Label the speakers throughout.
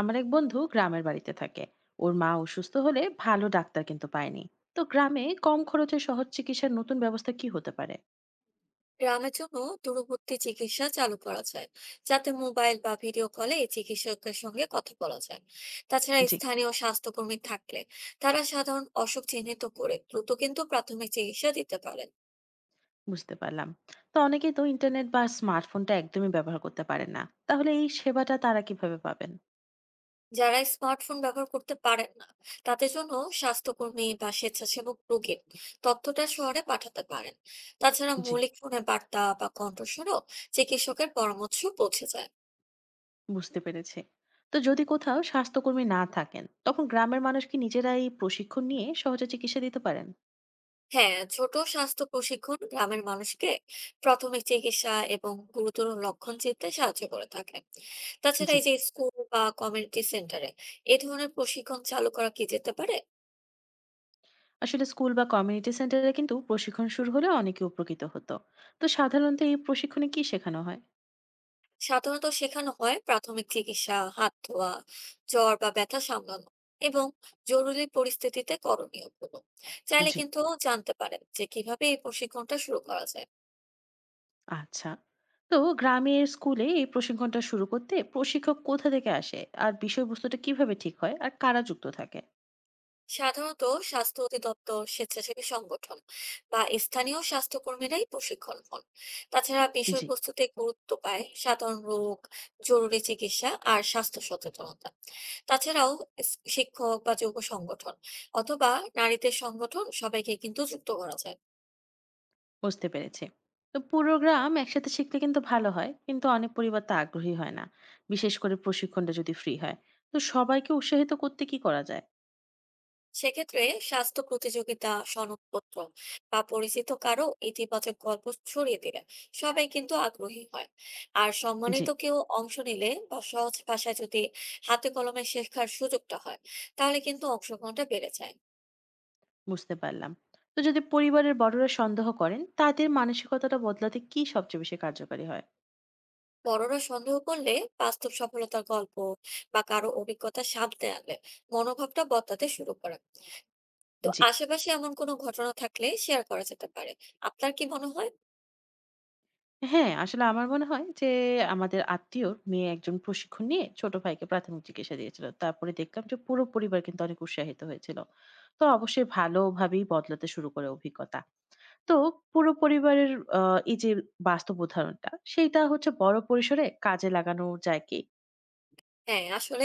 Speaker 1: আমার এক বন্ধু গ্রামের বাড়িতে থাকে। ওর মা অসুস্থ হলে ভালো ডাক্তার কিন্তু পায়নি। তো গ্রামে কম খরচে সহজ চিকিৎসার নতুন ব্যবস্থা কি হতে পারে?
Speaker 2: গ্রামের জন্য দূরবর্তী চিকিৎসা চালু করা যায়, যাতে মোবাইল বা ভিডিও কলে চিকিৎসকের সঙ্গে কথা বলা যায়। তাছাড়া
Speaker 1: জি,
Speaker 2: স্থানীয় স্বাস্থ্যকর্মী থাকলে তারা সাধারণ অসুখ চিহ্নিত করে দ্রুত কিন্তু প্রাথমিক চিকিৎসা দিতে পারেন।
Speaker 1: বুঝতে পারলাম। তো অনেকেই তো ইন্টারনেট বা স্মার্টফোনটা একদমই ব্যবহার করতে পারে না, তাহলে এই সেবাটা তারা কিভাবে পাবেন?
Speaker 2: যারা স্মার্টফোন ব্যবহার করতে পারেন না, তাদের জন্য স্বাস্থ্যকর্মী বা স্বেচ্ছাসেবক রোগীর তথ্যটা শহরে পাঠাতে পারেন। তাছাড়া
Speaker 1: জি,
Speaker 2: মৌলিক ফোনে বার্তা বা কণ্ঠস্বরও চিকিৎসকের পরামর্শ পৌঁছে যায়।
Speaker 1: বুঝতে পেরেছি। তো যদি কোথাও স্বাস্থ্যকর্মী না থাকেন, তখন গ্রামের মানুষ কি নিজেরা এই প্রশিক্ষণ নিয়ে সহজে চিকিৎসা দিতে পারেন?
Speaker 2: হ্যাঁ, ছোট স্বাস্থ্য প্রশিক্ষণ গ্রামের মানুষকে প্রাথমিক চিকিৎসা এবং গুরুতর লক্ষণ চিনতে সাহায্য করে থাকে। তাছাড়া
Speaker 1: জি,
Speaker 2: এই যে স্কুল বা কমিউনিটি সেন্টারে এ ধরনের প্রশিক্ষণ চালু করা কি যেতে পারে?
Speaker 1: আসলে স্কুল বা কমিউনিটি সেন্টারে কিন্তু প্রশিক্ষণ শুরু হলে অনেকে উপকৃত হতো। তো সাধারণত এই প্রশিক্ষণে কি শেখানো হয়?
Speaker 2: সাধারণত শেখানো হয় প্রাথমিক চিকিৎসা, হাত ধোয়া, জ্বর বা ব্যথা সামলানো এবং জরুরি পরিস্থিতিতে করণীয় গুলো চাইলে
Speaker 1: জি,
Speaker 2: কিন্তু জানতে পারেন যে কিভাবে এই প্রশিক্ষণটা শুরু করা যায়।
Speaker 1: আচ্ছা। তো গ্রামের স্কুলে এই প্রশিক্ষণটা শুরু করতে প্রশিক্ষক কোথা থেকে আসে, আর বিষয়বস্তুটা কিভাবে ঠিক হয়, আর কারা যুক্ত থাকে?
Speaker 2: সাধারণত স্বাস্থ্য অধিদপ্তর, স্বেচ্ছাসেবী সংগঠন বা স্থানীয় স্বাস্থ্যকর্মীরাই প্রশিক্ষণ হন। তাছাড়া
Speaker 1: জি,
Speaker 2: বিষয়বস্তুতে গুরুত্ব পায় সাধারণ রোগ, জরুরি চিকিৎসা আর স্বাস্থ্য সচেতনতা। তাছাড়াও শিক্ষক বা যুব সংগঠন অথবা নারীদের সংগঠন সবাইকে কিন্তু যুক্ত করা যায়।
Speaker 1: বুঝতে পেরেছি। তো পুরো গ্রাম একসাথে শিখলে কিন্তু ভালো হয়, কিন্তু অনেক পরিবার তা আগ্রহী হয় না, বিশেষ করে প্রশিক্ষণটা যদি ফ্রি হয়। তো সবাইকে উৎসাহিত করতে কি করা যায়?
Speaker 2: সেক্ষেত্রে স্বাস্থ্য প্রতিযোগিতা, সনদপত্র বা পরিচিত কারো ইতিবাচক গল্প ছড়িয়ে দিলে সবাই কিন্তু আগ্রহী হয়। আর
Speaker 1: জি,
Speaker 2: সম্মানিত কেউ অংশ নিলে বা সহজ ভাষায় যদি হাতে কলমে শেখার সুযোগটা হয়, তাহলে কিন্তু অংশগ্রহণটা বেড়ে যায়।
Speaker 1: বুঝতে পারলাম। তো যদি পরিবারের বড়রা সন্দেহ করেন, তাদের মানসিকতাটা বদলাতে কি সবচেয়ে বেশি কার্যকারী হয়?
Speaker 2: বড়রা সন্দেহ করলে বাস্তব সফলতার গল্প বা কারো অভিজ্ঞতা সামনে আনলে মনোভাবটা বদলাতে শুরু করে। তো
Speaker 1: জি,
Speaker 2: আশেপাশে এমন কোনো ঘটনা থাকলে শেয়ার করা যেতে পারে। আপনার কি মনে হয়?
Speaker 1: হ্যাঁ, আসলে আমার মনে হয় যে আমাদের আত্মীয়র মেয়ে একজন প্রশিক্ষণ নিয়ে ছোট ভাইকে প্রাথমিক চিকিৎসা দিয়েছিল। তারপরে দেখলাম যে পুরো পরিবার কিন্তু অনেক উৎসাহিত হয়েছিল। তো অবশ্যই ভালোভাবেই বদলাতে শুরু করে অভিজ্ঞতা। তো পুরো পরিবারের আ এই যে বাস্তব উদাহরণটা, সেইটা হচ্ছে বড় পরিসরে কাজে লাগানো যায় কি?
Speaker 2: হ্যাঁ, আসলে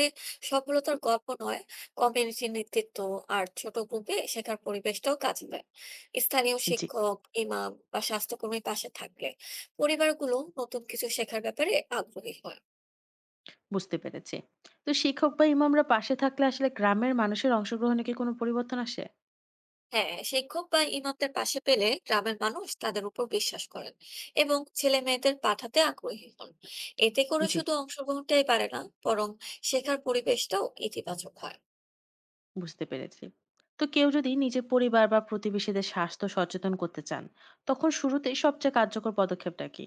Speaker 2: সফলতার গল্প নয়, কমিউনিটি নেতৃত্ব আর ছোট গ্রুপে শেখার পরিবেশটাও কাজে দেয়। স্থানীয়
Speaker 1: জি,
Speaker 2: শিক্ষক, ইমাম বা স্বাস্থ্যকর্মীর পাশে থাকলে পরিবারগুলো নতুন কিছু শেখার ব্যাপারে আগ্রহী হয়।
Speaker 1: বুঝতে পেরেছি। তো শিক্ষক বা ইমামরা পাশে থাকলে আসলে গ্রামের মানুষের অংশগ্রহণে কি কোনো পরিবর্তন আসে?
Speaker 2: হ্যাঁ, শিক্ষক বা ইমামদের পাশে পেলে গ্রামের মানুষ তাদের উপর বিশ্বাস করেন এবং ছেলে মেয়েদের পাঠাতে আগ্রহী হন। এতে করে
Speaker 1: জি,
Speaker 2: শুধু অংশগ্রহণটাই বাড়ে না, বরং শেখার পরিবেশটাও ইতিবাচক হয়।
Speaker 1: বুঝতে পেরেছি। তো কেউ যদি নিজের পরিবার বা প্রতিবেশীদের স্বাস্থ্য সচেতন করতে চান, তখন শুরুতেই সবচেয়ে কার্যকর পদক্ষেপটা কি?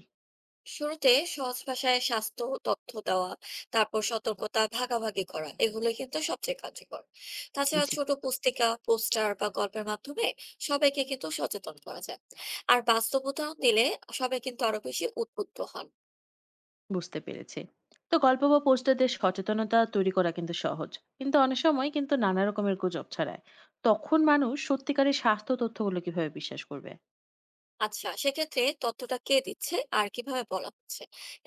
Speaker 2: শুরুতে সহজ ভাষায় স্বাস্থ্য তথ্য দেওয়া, তারপর সতর্কতা ভাগাভাগি করা, এগুলো কিন্তু সবচেয়ে কার্যকর। তাছাড়া
Speaker 1: জি,
Speaker 2: ছোট পুস্তিকা, পোস্টার বা গল্পের মাধ্যমে সবাইকে কিন্তু সচেতন করা যায়। আর বাস্তব উদাহরণ দিলে সবাই কিন্তু আরো বেশি উদ্বুদ্ধ হন।
Speaker 1: বুঝতে পেরেছি। তো গল্প বা পোস্টারদের সচেতনতা তৈরি করা কিন্তু সহজ। কিন্তু অনেক সময় কিন্তু নানা রকমের গুজব ছড়ায়। তখন মানুষ সত্যিকারের স্বাস্থ্য তথ্যগুলো কিভাবে বিশ্বাস করবে?
Speaker 2: আচ্ছা, সেক্ষেত্রে তথ্যটা কে দিচ্ছে আর কিভাবে বলা হচ্ছে,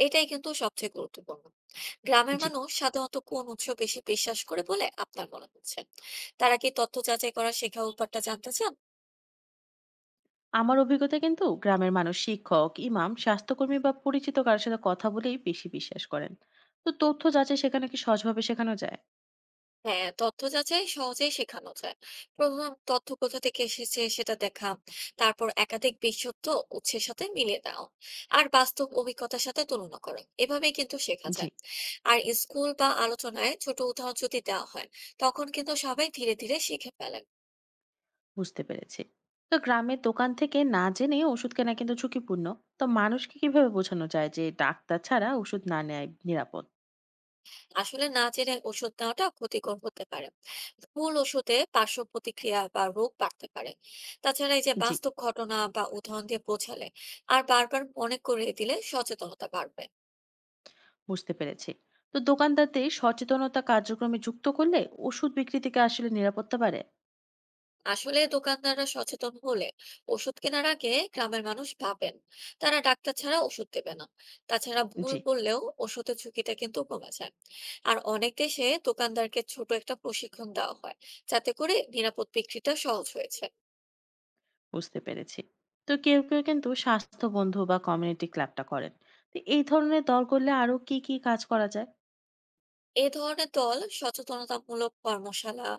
Speaker 2: এটাই কিন্তু সবচেয়ে গুরুত্বপূর্ণ। গ্রামের
Speaker 1: জি,
Speaker 2: মানুষ সাধারণত কোন উৎস বেশি বিশ্বাস করে বলে আপনার মনে হচ্ছে? তারা কি তথ্য যাচাই করা শেখা অভ্যাসটা জানতে চান?
Speaker 1: আমার অভিজ্ঞতা কিন্তু গ্রামের মানুষ শিক্ষক, ইমাম, স্বাস্থ্যকর্মী বা পরিচিত কারোর সাথে কথা বলেই বেশি বিশ্বাস করেন। তো তথ্য যাচাই সেখানে কি সহজভাবে শেখানো যায়?
Speaker 2: হ্যাঁ, তথ্য যাচাই সহজেই শেখানো যায়। প্রধান তথ্য কোথা থেকে এসেছে সেটা দেখা, তারপর একাধিক বিশুদ্ধ উৎসের সাথে মিলিয়ে দাও, আর বাস্তব অভিজ্ঞতার সাথে তুলনা করো, এভাবেই কিন্তু শেখা
Speaker 1: জি,
Speaker 2: যায়। আর স্কুল বা আলোচনায় ছোট উদাহরণ যদি দেওয়া হয়, তখন কিন্তু সবাই ধীরে ধীরে শিখে ফেলে।
Speaker 1: বুঝতে পেরেছি। তো গ্রামের দোকান থেকে না জেনে ওষুধ কেনা কিন্তু ঝুঁকিপূর্ণ। তো মানুষকে কিভাবে বোঝানো যায় যে ডাক্তার ছাড়া ওষুধ না নেয় নিরাপদ?
Speaker 2: আসলে না জেনে ওষুধ নেওয়াটা ক্ষতিকর হতে পারে। মূল ওষুধে পার্শ্ব প্রতিক্রিয়া বা রোগ বাড়তে পারে। তাছাড়া এই যে
Speaker 1: জি,
Speaker 2: বাস্তব ঘটনা বা উদাহরণ দিয়ে বোঝালে আর বারবার মনে করিয়ে দিলে সচেতনতা বাড়বে।
Speaker 1: বুঝতে পেরেছি। তো দোকানদারদের সচেতনতা কার্যক্রমে যুক্ত করলে ওষুধ বিক্রি থেকে আসলে নিরাপত্তা বাড়ে।
Speaker 2: আসলে দোকানদাররা সচেতন হলে ওষুধ কেনার আগে গ্রামের মানুষ ভাবেন, তারা ডাক্তার ছাড়া ওষুধ দেবে না। তাছাড়া ভুল
Speaker 1: জি,
Speaker 2: করলেও ওষুধের ঝুঁকিটা কিন্তু কমে যায়। আর অনেক দেশে দোকানদারকে ছোট একটা প্রশিক্ষণ দেওয়া হয়, যাতে করে নিরাপদ বিক্রিটা সহজ হয়েছে।
Speaker 1: বুঝতে পেরেছি। তো কেউ কেউ কিন্তু স্বাস্থ্য বন্ধু বা কমিউনিটি ক্লাবটা করেন। তো এই ধরনের দল করলে আরো কি কি কাজ করা যায়?
Speaker 2: এ ধরনের দল সচেতনতামূলক কর্মশালা,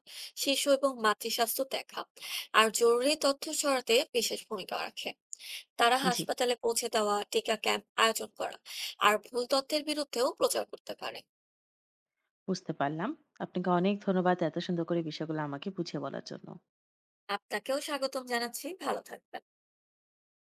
Speaker 2: শিশু এবং মাতৃস্বাস্থ্য দেখা, আর জরুরি তথ্য ছড়াতে বিশেষ ভূমিকা রাখে। তারা
Speaker 1: জি,
Speaker 2: হাসপাতালে পৌঁছে দেওয়া, টিকা ক্যাম্প আয়োজন করা, আর ভুল তথ্যের বিরুদ্ধেও প্রচার করতে পারে।
Speaker 1: বুঝতে পারলাম। আপনাকে অনেক ধন্যবাদ এত সুন্দর করে বিষয়গুলো আমাকে বুঝিয়ে বলার জন্য।
Speaker 2: আপনাকেও স্বাগতম জানাচ্ছি। ভালো থাকবেন।